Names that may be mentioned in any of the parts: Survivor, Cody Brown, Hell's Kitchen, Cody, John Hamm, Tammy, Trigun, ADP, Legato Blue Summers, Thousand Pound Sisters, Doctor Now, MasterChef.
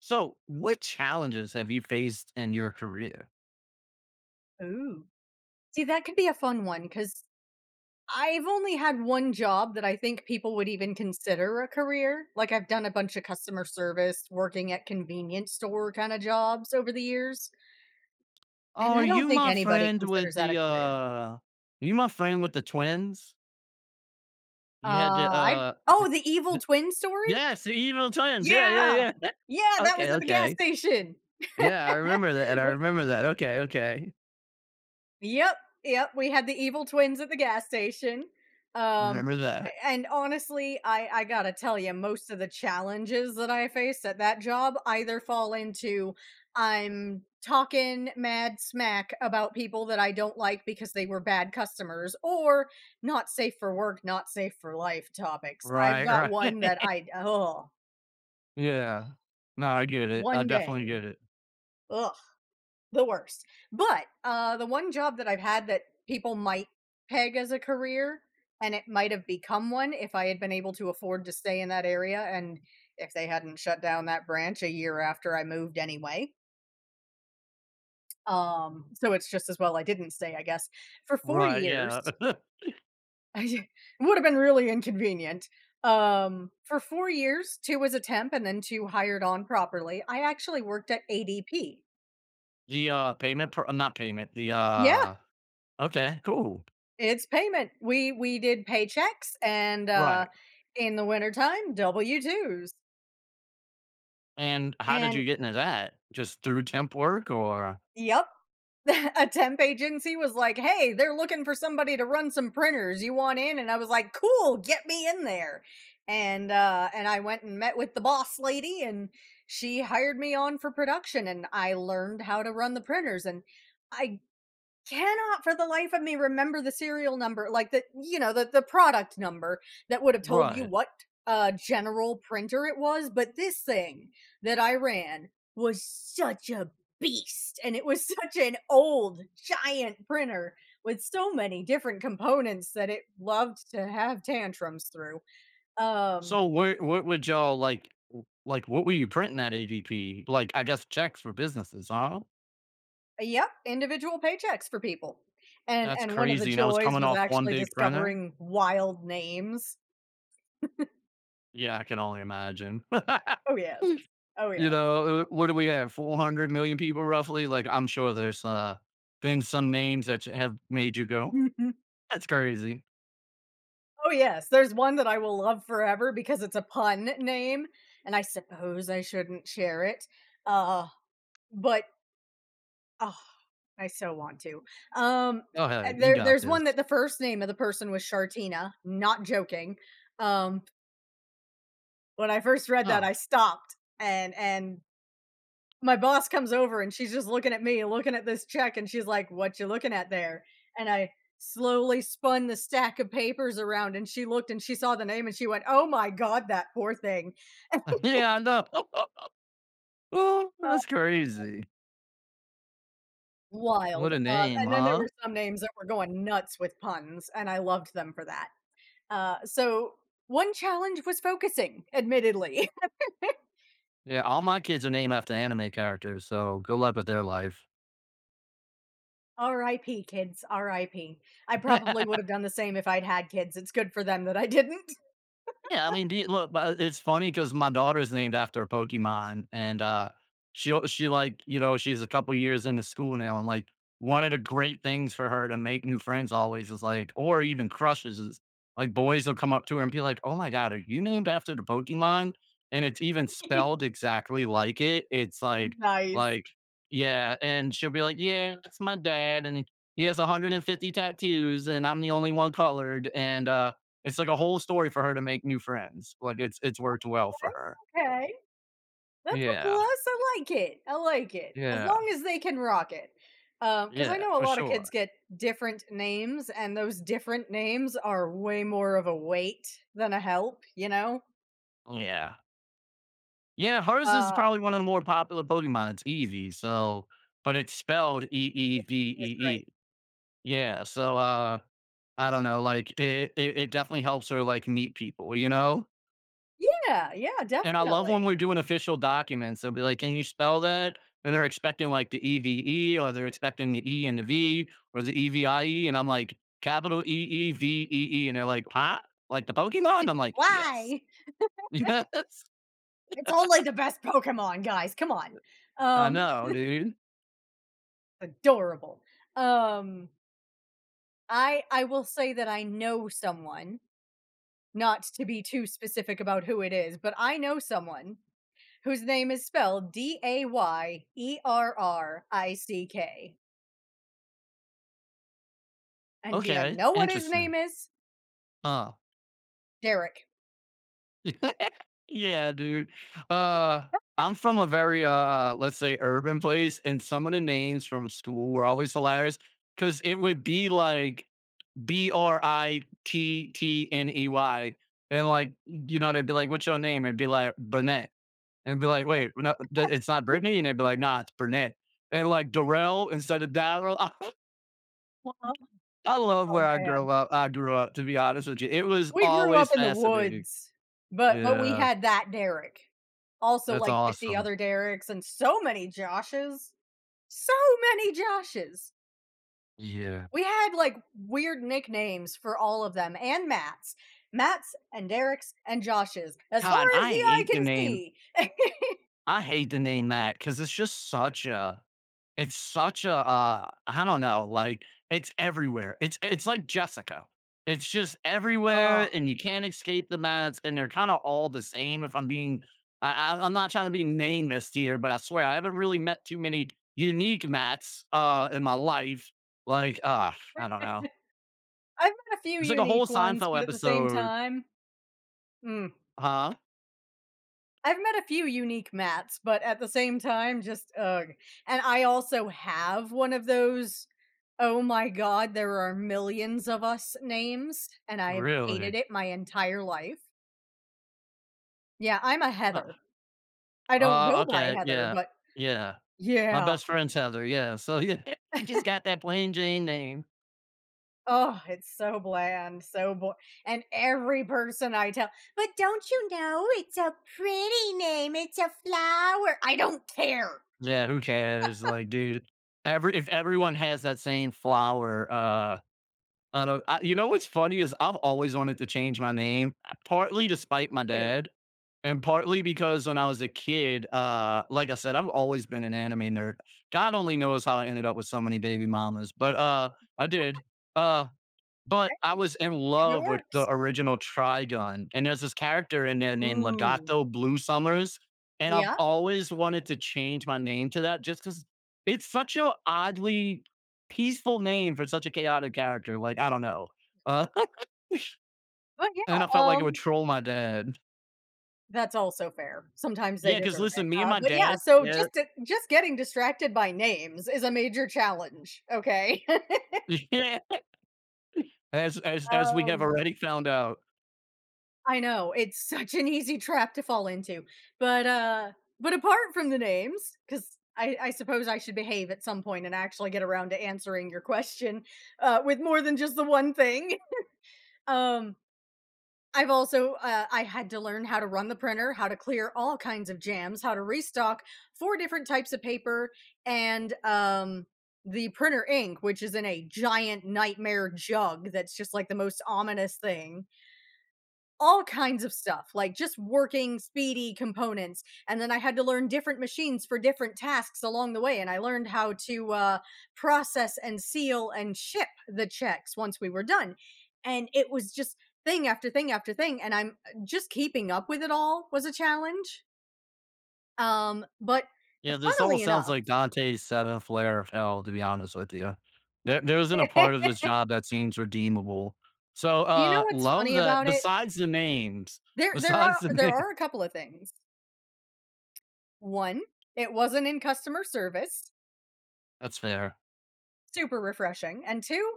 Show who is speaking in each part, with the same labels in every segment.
Speaker 1: So, what challenges have you faced in your career?
Speaker 2: Ooh. See, that could be a fun one because I've only had one job that I think people would even consider a career. Like, I've done a bunch of customer service, working at convenience store kind of jobs over the years.
Speaker 1: Oh,
Speaker 2: And
Speaker 1: are
Speaker 2: I don't
Speaker 1: you
Speaker 2: think
Speaker 1: my
Speaker 2: anybody
Speaker 1: friend with
Speaker 2: considers that a
Speaker 1: the
Speaker 2: career.
Speaker 1: are you my friend with the twins?
Speaker 2: Uh,
Speaker 1: You had to
Speaker 2: oh, the evil
Speaker 1: th-
Speaker 2: twin story?
Speaker 1: yes, the evil twins. Yeah,
Speaker 2: Yeah.
Speaker 1: yeah, yeah.
Speaker 2: Yeah. That
Speaker 1: Okay,
Speaker 2: was at the gas
Speaker 1: okay.
Speaker 2: station.
Speaker 1: Yeah, I remember that. I
Speaker 2: Well,
Speaker 1: remember that. Okay, okay.
Speaker 2: yep, yep, we had the evil twins at the gas station. Um,
Speaker 1: Remember that.
Speaker 2: a and honestly, I gotta tell you, most of the challenges that I faced at that job either fall into, I'm talking mad smack about people that I don't like because they were bad customers, or not safe for work, not safe for life topics. I've
Speaker 1: Right,
Speaker 2: got
Speaker 1: right.
Speaker 2: one that I oh,
Speaker 1: Yeah. No, I get it. I
Speaker 2: one
Speaker 1: definitely
Speaker 2: day.
Speaker 1: get it.
Speaker 2: Ugh. The worst. But, the one job that I've had that people might peg as a career, and it might have become one if I had been able to afford to stay in that area and if they hadn't shut down that branch a year after I moved anyway. So it's just as well I didn't stay, I guess. For 4
Speaker 1: Right, yeah.
Speaker 2: years, it would have been really inconvenient. For 4 years, 2 as a temp and then 2 hired on properly, I actually worked at ADP.
Speaker 1: the payment pro- not payment, the
Speaker 2: Yeah.
Speaker 1: okay, cool.
Speaker 2: It's payment. We did paychecks and,
Speaker 1: Right.
Speaker 2: in the wintertime, W-2s.
Speaker 1: And how did
Speaker 2: And
Speaker 1: you get into that? Just through temp work or
Speaker 2: yep. A temp agency was like, "Hey, they're looking for somebody to run some printers. You want in?" And I was like, "Cool, get me in there." And I went and met with the boss lady, and she hired me on for production, and I learned how to run the printers, and I cannot for the life of me remember the serial number, like the you know, the product number that would have told you
Speaker 1: right.
Speaker 2: what general printer it was, but this thing that I ran was such a beast and it was such an old giant printer with so many different components that it loved to have tantrums through. Um
Speaker 1: So what would y'all like like what were you printing at ADP? Like, I guess checks for businesses, huh?
Speaker 2: yep, individual paychecks for people. And
Speaker 1: That's
Speaker 2: and one of the
Speaker 1: crazy. And I was
Speaker 2: joys
Speaker 1: coming
Speaker 2: was
Speaker 1: off one
Speaker 2: actually
Speaker 1: big printer.
Speaker 2: discovering wild names.
Speaker 1: Yeah, I can only imagine.
Speaker 2: Oh yes. Oh yeah.
Speaker 1: You know, what do we have? 400 million people roughly? Like, I'm sure there's been some names that have made you go,
Speaker 2: Mhm.
Speaker 1: that's crazy.
Speaker 2: Oh, yes. There's one that I will love forever because it's a pun name, and I suppose I shouldn't share it. Uh, but oh, I so want to. Um,
Speaker 1: Go
Speaker 2: uh,
Speaker 1: ahead, you
Speaker 2: there,
Speaker 1: got
Speaker 2: there's
Speaker 1: this.
Speaker 2: one that the first name of the person was Shartina. Not joking. Um, when I first read that,
Speaker 1: Huh.
Speaker 2: I stopped and my boss comes over and she's just looking at me, looking at this check, and she's like, "What you looking at there?" And I slowly spun the stack of papers around, and she looked and she saw the name, and she went, "Oh my god, that poor thing."
Speaker 1: Yeah, I know. Oh,
Speaker 2: Oh,
Speaker 1: that's crazy. What
Speaker 2: wild.
Speaker 1: a
Speaker 2: Uh,
Speaker 1: name,
Speaker 2: and then there
Speaker 1: huh?
Speaker 2: were some names that were going nuts with puns, and I loved them for that. So one challenge was focusing, admittedly.
Speaker 1: Yeah, all my kids are named after anime characters, so good luck with their life.
Speaker 2: R.I.P. kids, R.I.P. I P. I probably would have done the same if I'd had kids. It's good for them that I didn't.
Speaker 1: Yeah, I mean, do you, look, but it's funny because my daughter's named after a Pokemon, and she like you know she's a couple years into school now, and like one of the great things for her to make new friends always is like, or even crushes is like boys will come up to her and be like, "Oh my god, are you named after the Pokemon?" And it's even spelled exactly like it. It's like
Speaker 2: Nice.
Speaker 1: like yeah, and she'll be like, "Yeah, that's my dad," and he has 150 tattoos, and I'm the only one colored, and it's like a whole story for her to make new friends. Like, it's worked well for her.
Speaker 2: Okay. That's a
Speaker 1: Yeah,
Speaker 2: plus, I like it, as long
Speaker 1: yeah,
Speaker 2: as they can rock it. Because I
Speaker 1: yeah,
Speaker 2: know a
Speaker 1: for
Speaker 2: lot of kids
Speaker 1: sure.
Speaker 2: get different names, and those different names are way more of a weight than a help, you know?
Speaker 1: Yeah. Yeah, hers is
Speaker 2: Uh,
Speaker 1: probably one of the more popular Pokemon. It's Eevee, so but it's spelled
Speaker 2: it's great.
Speaker 1: Eevee. Yeah, so, I don't know, like, it definitely helps her, like, meet people, you know?
Speaker 2: Yeah, yeah,
Speaker 1: And I love when
Speaker 2: definitely.
Speaker 1: we're doing official documents. They'll be like, "Can you spell that?" And they're expecting like the EVE, or they're expecting the E and the V, or the EVIE. And I'm like, capital EEVEE. And they're like, "Huh? Like the Pokemon?" I'm like, "Yes,
Speaker 2: Why?
Speaker 1: yes,
Speaker 2: It's only the best Pokemon, guys, come on.
Speaker 1: I
Speaker 2: Um,
Speaker 1: know, dude.
Speaker 2: Adorable. Um, I will say that I know someone, not to be too specific about who it is, but I know someone whose name is spelled Dayerrick. And do you
Speaker 1: Okay,
Speaker 2: know what his name
Speaker 1: interesting.
Speaker 2: is?
Speaker 1: Huh?
Speaker 2: Derek.
Speaker 1: Yeah, dude. Uh, I'm from a very let's say, urban place, and some of the names from school were always hilarious because it would be like BRITTNEY. And like, you know, they'd be like, what's your name? It'd be like, Burnett. And it'd be like, wait, no, it's not Brittany. And they'd be like, nah, it's Burnett. And like Darrell instead of Darrell. I,
Speaker 2: Oh.
Speaker 1: I love
Speaker 2: Oh
Speaker 1: where I
Speaker 2: man,
Speaker 1: grew up. I grew up, to be honest with you. It was
Speaker 2: we grew
Speaker 1: always
Speaker 2: up in the
Speaker 1: fascinating.
Speaker 2: woods, but we
Speaker 1: Yeah.
Speaker 2: had that Derek. Also,
Speaker 1: That's
Speaker 2: like 50
Speaker 1: awesome.
Speaker 2: other Derek's and so many Joshes. So many Joshes.
Speaker 1: Yeah.
Speaker 2: We had like weird nicknames for all of them and Matt's. Matt's and Derek's and Josh's, as far
Speaker 1: God,
Speaker 2: as
Speaker 1: I
Speaker 2: the eye
Speaker 1: hate the
Speaker 2: can
Speaker 1: name.
Speaker 2: see.
Speaker 1: I hate the name that because it's just such a it's such a, I don't know, like, it's everywhere. It's like Jessica. It's just
Speaker 2: Oh,
Speaker 1: everywhere, and you can't escape the mats, and they're kinda all the same if I'm being I'm not trying to be nameless here, but I swear I haven't really met too many unique mats, in my life. Like, I don't know.
Speaker 2: I've met a few
Speaker 1: It's like a whole
Speaker 2: unique ones,
Speaker 1: Seinfeld
Speaker 2: but at the same
Speaker 1: episode.
Speaker 2: time, mm.
Speaker 1: Huh?
Speaker 2: I've met a few unique mats. But at the same time, just ugh. And I also have one of those, "Oh my god, there are millions of us" names, and I have hated
Speaker 1: Really?
Speaker 2: it my entire life. Yeah, I'm a
Speaker 1: Huh.
Speaker 2: Heather. I don't
Speaker 1: Oh,
Speaker 2: go by
Speaker 1: okay,
Speaker 2: Heather,
Speaker 1: yeah,
Speaker 2: but
Speaker 1: yeah. My
Speaker 2: yeah.
Speaker 1: best friend's Heather, yeah, so yeah, you just got that plain Jane name.
Speaker 2: Oh, it's so bland, so bo and every person I tell, "But don't you know it's a pretty name, it's a flower." I don't care.
Speaker 1: Yeah, who cares? Like, dude, every if everyone has that same flower, I don't. I, you know what's funny is I've always wanted to change my name, partly despite my dad, and partly because when I was a kid, like I said, I've always been an anime nerd. God only knows how I ended up with so many baby mamas, but I did. Uh, but
Speaker 2: Okay,
Speaker 1: I was in
Speaker 2: if it
Speaker 1: love with the
Speaker 2: works.
Speaker 1: original Trigun, and there's this character in there named
Speaker 2: Ooh.
Speaker 1: Legato Blue Summers, and I've
Speaker 2: Yeah,
Speaker 1: always wanted to change my name to that just because it's such a oddly peaceful name for such a chaotic character, like, I don't know. Uh,
Speaker 2: but yeah,
Speaker 1: and I felt like it would troll my dad.
Speaker 2: that's also fair. Sometimes they
Speaker 1: Yeah, because
Speaker 2: deserve it.
Speaker 1: listen, me and
Speaker 2: Uh,
Speaker 1: my
Speaker 2: but yeah,
Speaker 1: dad
Speaker 2: so
Speaker 1: yeah,
Speaker 2: just getting distracted by names is a major challenge, okay?
Speaker 1: yeah, as we have
Speaker 2: Um,
Speaker 1: already found out.
Speaker 2: I know, it's such an easy trap to fall into. But, but apart from the names, 'cause I suppose I should behave at some point and actually get around to answering your question, with more than just the one thing. Um I had to learn how to run the printer, how to clear all kinds of jams, how to restock four different types of paper, and the printer ink, which is in a giant nightmare jug that's just like the most ominous thing, all kinds of stuff, like just working speedy components. And then I had to learn different machines for different tasks along the way. And I learned how to process and seal and ship the checks once we were done. And it was just thing after thing after thing. And I'm just keeping up with it all was a challenge. But
Speaker 1: Yeah, this all
Speaker 2: funnily
Speaker 1: sounds
Speaker 2: enough,
Speaker 1: like Dante's seventh layer of hell, to be honest with you. There isn't a part of this job that seems redeemable. So,
Speaker 2: you know what's
Speaker 1: love
Speaker 2: funny
Speaker 1: that.
Speaker 2: about it?
Speaker 1: Besides the names,
Speaker 2: There, there
Speaker 1: besides
Speaker 2: are
Speaker 1: the
Speaker 2: there
Speaker 1: name,
Speaker 2: are a couple of things. One, it wasn't in customer service,
Speaker 1: that's fair.
Speaker 2: super refreshing, and two,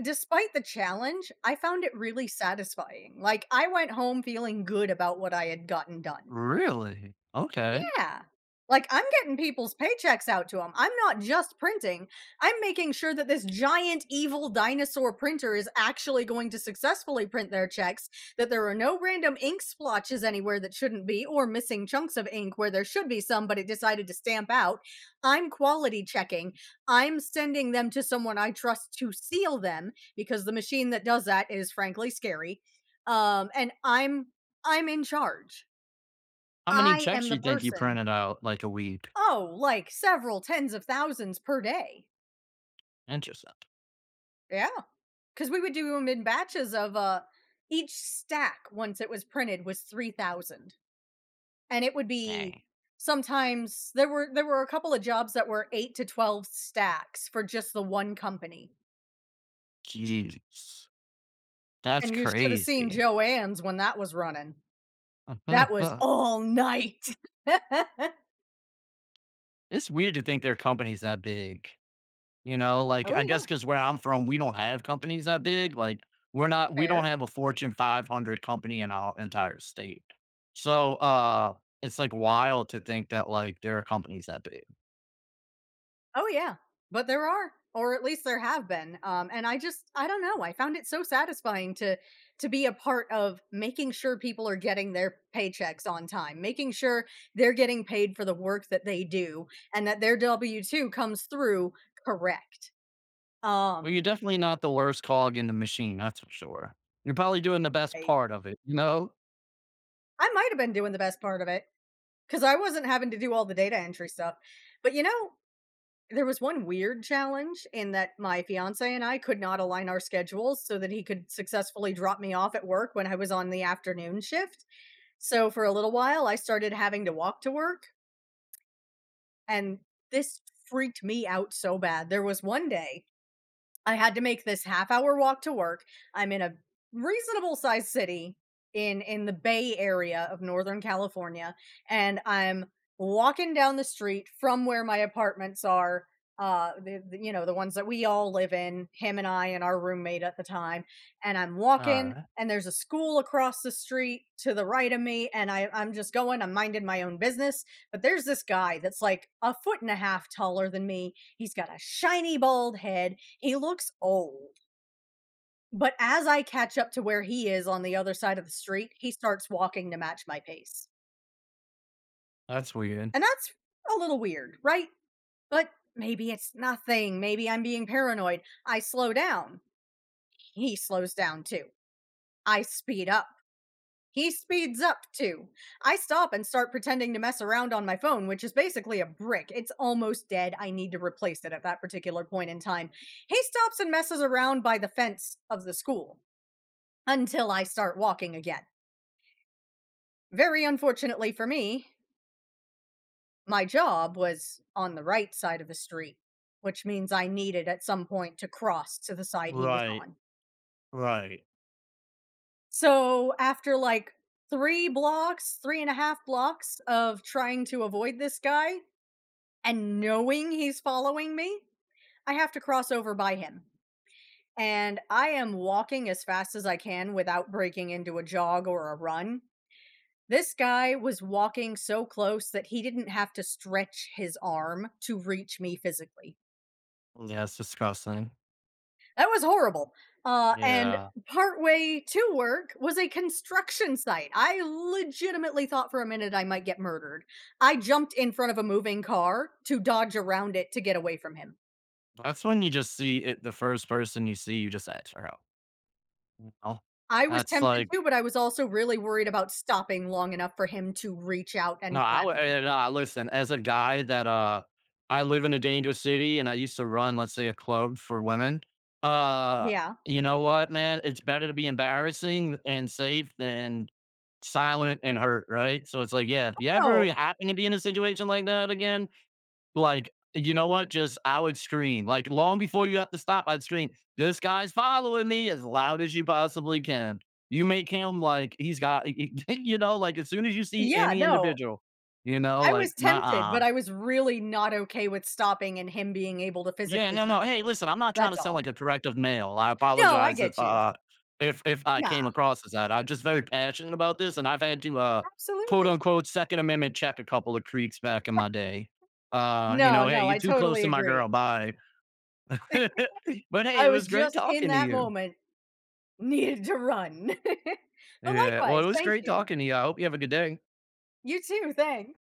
Speaker 2: despite the challenge, I found it really satisfying. Like, I went home feeling good about what I had gotten done.
Speaker 1: Really? Okay.
Speaker 2: Yeah. Like, I'm getting people's paychecks out to them. I'm not just printing. I'm making sure that this giant evil dinosaur printer is actually going to successfully print their checks, that there are no random ink splotches anywhere that shouldn't be, or missing chunks of ink where there should be some, but it decided to stamp out. I'm quality checking. I'm sending them to someone I trust to seal them because the machine that does that is frankly scary. And I'm in charge.
Speaker 1: How many
Speaker 2: I am
Speaker 1: checks
Speaker 2: the
Speaker 1: you think you
Speaker 2: person.
Speaker 1: printed out like a week?
Speaker 2: Oh, like several tens of thousands per day.
Speaker 1: Interesting.
Speaker 2: Yeah. Because we would do them in batches of each stack once it was printed was 3,000. And it would be,
Speaker 1: Dang.
Speaker 2: sometimes there were a couple of jobs that were 8 to 12 stacks for just the one company.
Speaker 1: Jeez. That's
Speaker 2: And you should have seen
Speaker 1: crazy.
Speaker 2: Joanne's when that was running. That was all night. Oh yeah.
Speaker 1: It's weird to think their company's that big. You know, like, I guess, because where I'm from, we don't have companies that big, like, we don't
Speaker 2: Fair.
Speaker 1: have a Fortune 500 company in our entire state. So, it's, like, wild to think that, like, there are companies that big.
Speaker 2: Oh, yeah. But there are, or at least there have been. And I just, I don't know. I found it so satisfying to be a part of making sure people are getting their paychecks on time, making sure they're getting paid for the work that they do, and that their W-2 comes through correct.
Speaker 1: Well,
Speaker 2: Um,
Speaker 1: you're definitely not the worst cog in the machine, that's for sure. You're probably doing the best
Speaker 2: I,
Speaker 1: part of it, you know?
Speaker 2: I might have been doing the best part of it because I wasn't having to do all the data entry stuff. But you know, there was one weird challenge in that my fiancé and I could not align our schedules so that he could successfully drop me off at work when I was on the afternoon shift. So for a little while, I started having to walk to work, and this freaked me out so bad. There was one day I had to make this half hour walk to work. I'm in a reasonable sized city in the Bay Area of Northern California, and I'm walking down the street from where my apartments are, you know, the ones that we all live in, him and I and our roommate at the time. And I'm walking,
Speaker 1: Alright,
Speaker 2: and there's a school across the street to the right of me, and I'm just going, I'm minding my own business. But there's this guy that's like a foot and a half taller than me. He's got a shiny bald head. He looks old, but as I catch up to where he is on the other side of the street, he starts walking to match my pace.
Speaker 1: that's weird.
Speaker 2: And that's a little weird, right? But maybe it's nothing. Maybe I'm being paranoid. I slow down. He slows down too. I speed up. He speeds up too. I stop and start pretending to mess around on my phone, which is basically a brick. It's almost dead. I need to replace it at that particular point in time. He stops and messes around by the fence of the school until I start walking again. Very unfortunately for me, my job was on the right side of the street, which means I needed at some point to cross to the side he was
Speaker 1: Right,
Speaker 2: on.
Speaker 1: right.
Speaker 2: So after like 3 blocks, three and a half blocks of trying to avoid this guy and knowing he's following me, I have to cross over by him. And I am walking as fast as I can without breaking into a jog or a run. This guy was walking so close that he didn't have to stretch his arm to reach me physically.
Speaker 1: Yeah, it's disgusting.
Speaker 2: That was horrible. And
Speaker 1: Yeah.
Speaker 2: partway to work was a construction site. I legitimately thought for a minute I might get murdered. I jumped in front of a moving car to dodge around it to get away from him.
Speaker 1: That's when you just see it the first person you see, you just ask for help, you know?
Speaker 2: I was
Speaker 1: That's
Speaker 2: tempted
Speaker 1: like
Speaker 2: to, but I was also really worried about stopping long enough for him to reach out
Speaker 1: no,
Speaker 2: and
Speaker 1: I
Speaker 2: grab
Speaker 1: would
Speaker 2: me.
Speaker 1: no, I listen, as a guy that, I live in a dangerous city and I used to run, let's say, a club for women. Uh,
Speaker 2: Yeah.
Speaker 1: you know what, man? It's better to be embarrassing and safe than silent and hurt, right? So it's like, yeah, if you ever
Speaker 2: No.
Speaker 1: happen to be in a situation like that again, like, you know what? Just I would scream. Like long before you have to stop, I'd scream, "This guy's following me" as loud as you possibly can. You make him like he's got you know, like as soon as you see
Speaker 2: Yeah.
Speaker 1: any
Speaker 2: No.
Speaker 1: individual, you know,
Speaker 2: I
Speaker 1: like,
Speaker 2: was tempted,
Speaker 1: nah.
Speaker 2: but I was really not okay with stopping and him being able to
Speaker 1: Yeah,
Speaker 2: physically
Speaker 1: no, no.
Speaker 2: touch
Speaker 1: Hey,
Speaker 2: me.
Speaker 1: listen, I'm not trying
Speaker 2: That's
Speaker 1: to sound
Speaker 2: all.
Speaker 1: like a corrective male. I
Speaker 2: No, I
Speaker 1: apologize
Speaker 2: get you.
Speaker 1: if I
Speaker 2: Yeah,
Speaker 1: came across as that. I'm just very passionate about this and I've had to quote
Speaker 2: absolutely.
Speaker 1: unquote second amendment check a couple of creeks back in my day. You
Speaker 2: No,
Speaker 1: know, hey,
Speaker 2: no,
Speaker 1: you're
Speaker 2: I
Speaker 1: too close
Speaker 2: totally
Speaker 1: to my
Speaker 2: agree.
Speaker 1: girl, bye. But hey,
Speaker 2: I
Speaker 1: it
Speaker 2: was
Speaker 1: was great
Speaker 2: just in
Speaker 1: talking to
Speaker 2: that
Speaker 1: you.
Speaker 2: moment needed to run. But
Speaker 1: Yeah. Well, it
Speaker 2: likewise,
Speaker 1: was
Speaker 2: thank
Speaker 1: great
Speaker 2: you.
Speaker 1: talking to you. I hope you have a good day.
Speaker 2: You too, thanks.